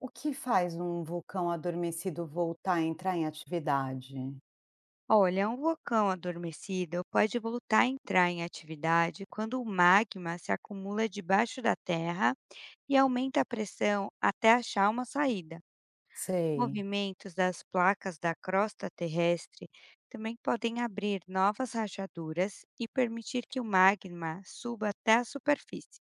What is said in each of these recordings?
O que faz um vulcão adormecido voltar a entrar em atividade? Olha, um vulcão adormecido pode voltar a entrar em atividade quando o magma se acumula debaixo da terra e aumenta a pressão até achar uma saída. Sei. Movimentos das placas da crosta terrestre também podem abrir novas rachaduras e permitir que o magma suba até a superfície.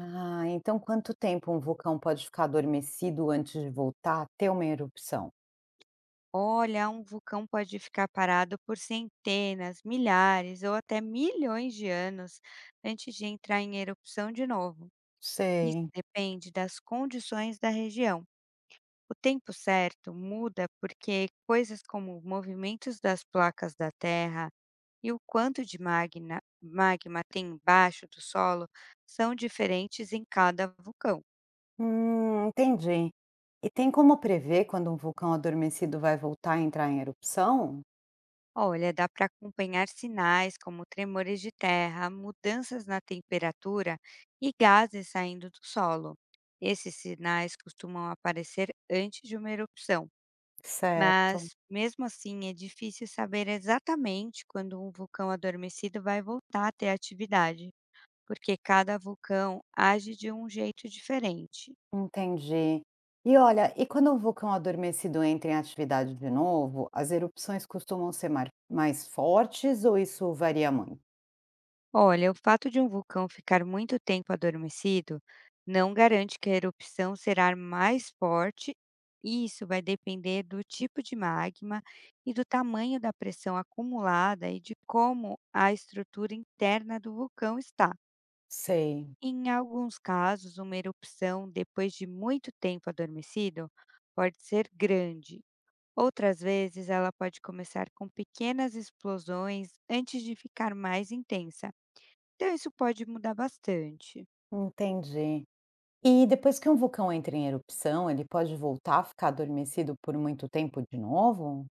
Ah, então quanto tempo um vulcão pode ficar adormecido antes de voltar a ter uma erupção? Olha, um vulcão pode ficar parado por centenas, milhares ou até milhões de anos antes de entrar em erupção de novo. Isso Sei. depende das condições da região. O tempo certo muda porque coisas como movimentos das placas da Terra e o quanto de magma tem embaixo do solo são diferentes em cada vulcão. Entendi. E tem como prever quando um vulcão adormecido vai voltar a entrar em erupção? Olha, dá para acompanhar sinais como tremores de terra, mudanças na temperatura e gases saindo do solo. Esses sinais costumam aparecer antes de uma erupção. Certo. Mas, mesmo assim, é difícil saber exatamente quando um vulcão adormecido vai voltar a ter atividade, porque cada vulcão age de um jeito diferente. Entendi. E olha, e quando um vulcão adormecido entra em atividade de novo, as erupções costumam ser mais fortes ou isso varia muito? Olha, o fato de um vulcão ficar muito tempo adormecido não garante que a erupção será mais forte, e isso vai depender do tipo de magma e do tamanho da pressão acumulada e de como a estrutura interna do vulcão está. Sei. Em alguns casos, uma erupção depois de muito tempo adormecido pode ser grande. Outras vezes, ela pode começar com pequenas explosões antes de ficar mais intensa. Então, isso pode mudar bastante. Entendi. E depois que um vulcão entra em erupção, ele pode voltar a ficar adormecido por muito tempo de novo?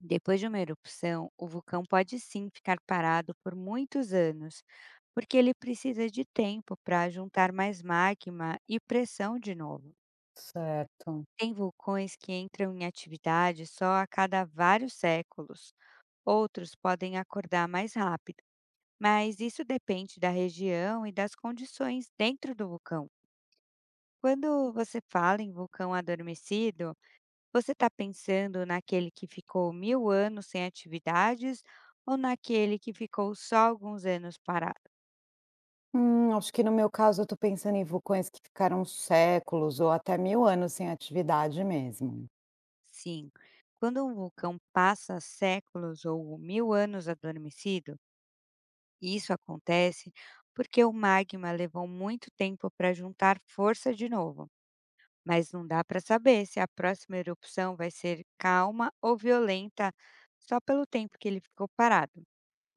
Depois de uma erupção, o vulcão pode sim ficar parado por muitos anos, porque ele precisa de tempo para juntar mais magma e pressão de novo. Certo. Tem vulcões que entram em atividade só a cada vários séculos. Outros podem acordar mais rápido, mas isso depende da região e das condições dentro do vulcão. Quando você fala em vulcão adormecido, você está pensando naquele que ficou mil anos sem atividades ou naquele que ficou só alguns anos parado? Acho que no meu caso eu tô pensando em vulcões que ficaram séculos ou até 1000 anos sem atividade mesmo. Sim, quando um vulcão passa séculos ou mil anos adormecido, isso acontece porque o magma levou muito tempo para juntar força de novo. Mas não dá para saber se a próxima erupção vai ser calma ou violenta só pelo tempo que ele ficou parado.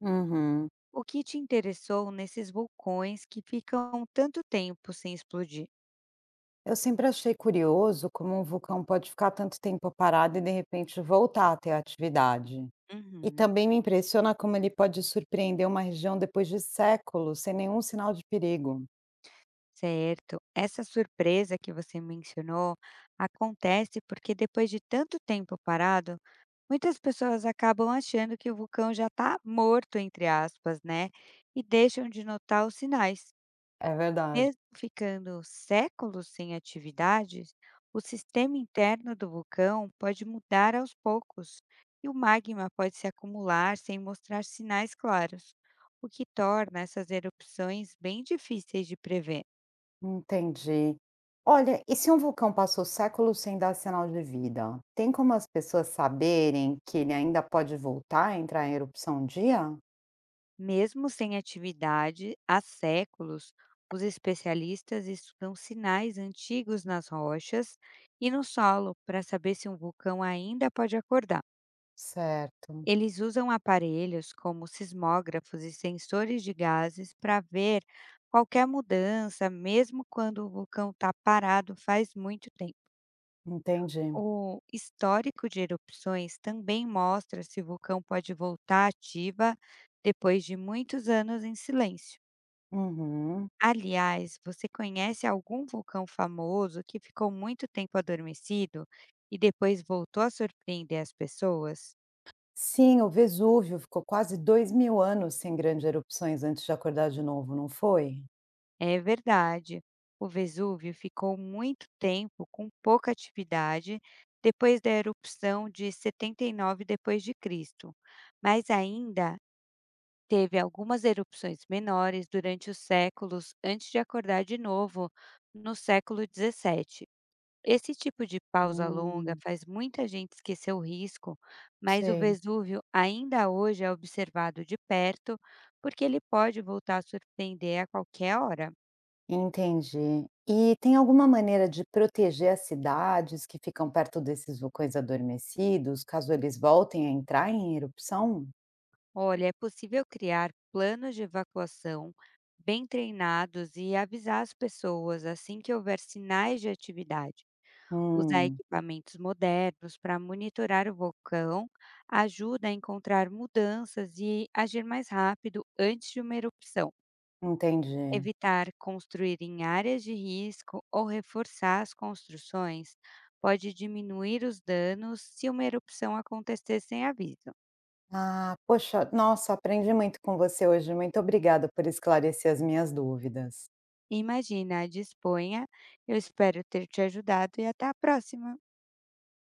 Uhum. O que te interessou nesses vulcões que ficam tanto tempo sem explodir? Eu sempre achei curioso como um vulcão pode ficar tanto tempo parado e de repente voltar a ter atividade. E Uhum. também me impressiona como ele pode surpreender uma região depois de séculos sem nenhum sinal de perigo. Certo. Essa surpresa que você mencionou acontece porque depois de tanto tempo parado, muitas pessoas acabam achando que o vulcão já está morto, entre aspas, né? E deixam de notar os sinais. É verdade. Mesmo ficando séculos sem atividades, o sistema interno do vulcão pode mudar aos poucos e o magma pode se acumular sem mostrar sinais claros, o que torna essas erupções bem difíceis de prever. Entendi. Olha, e se um vulcão passou séculos sem dar sinal de vida, tem como as pessoas saberem que ele ainda pode voltar a entrar em erupção um dia? Mesmo sem atividade, há séculos, os especialistas estudam sinais antigos nas rochas e no solo para saber se um vulcão ainda pode acordar. Certo, Eles usam aparelhos como sismógrafos e sensores de gases para ver qualquer mudança, mesmo quando o vulcão está parado faz muito tempo. entendi. O histórico de erupções também mostra se o vulcão pode voltar ativa depois de muitos anos em silêncio. Uhum. Aliás, você conhece algum vulcão famoso que ficou muito tempo adormecido e depois voltou a surpreender as pessoas? Sim, o Vesúvio ficou quase 2000 anos sem grandes erupções antes de acordar de novo, não foi? É verdade. O Vesúvio ficou muito tempo com pouca atividade depois da erupção de 79 depois de Cristo, mas ainda teve algumas erupções menores durante os séculos antes de acordar de novo no século 17. Esse tipo de pausa longa Hum, faz muita gente esquecer o risco, mas o sei. Vesúvio ainda hoje é observado de perto porque ele pode voltar a surpreender a qualquer hora. Entendi. E tem alguma maneira de proteger as cidades que ficam perto desses vulcões adormecidos, caso eles voltem a entrar em erupção? Olha, é possível criar planos de evacuação bem treinados e avisar as pessoas assim que houver sinais de atividade. Usar Hum, equipamentos modernos para monitorar o vulcão ajuda a encontrar mudanças e agir mais rápido antes de uma erupção. entendi. Evitar construir em áreas de risco ou reforçar as construções pode diminuir os danos se uma erupção acontecer sem aviso. Ah, poxa, nossa, aprendi muito com você hoje. Muito obrigada por esclarecer as minhas dúvidas. Imagina, disponha. Eu espero ter te ajudado e até a próxima.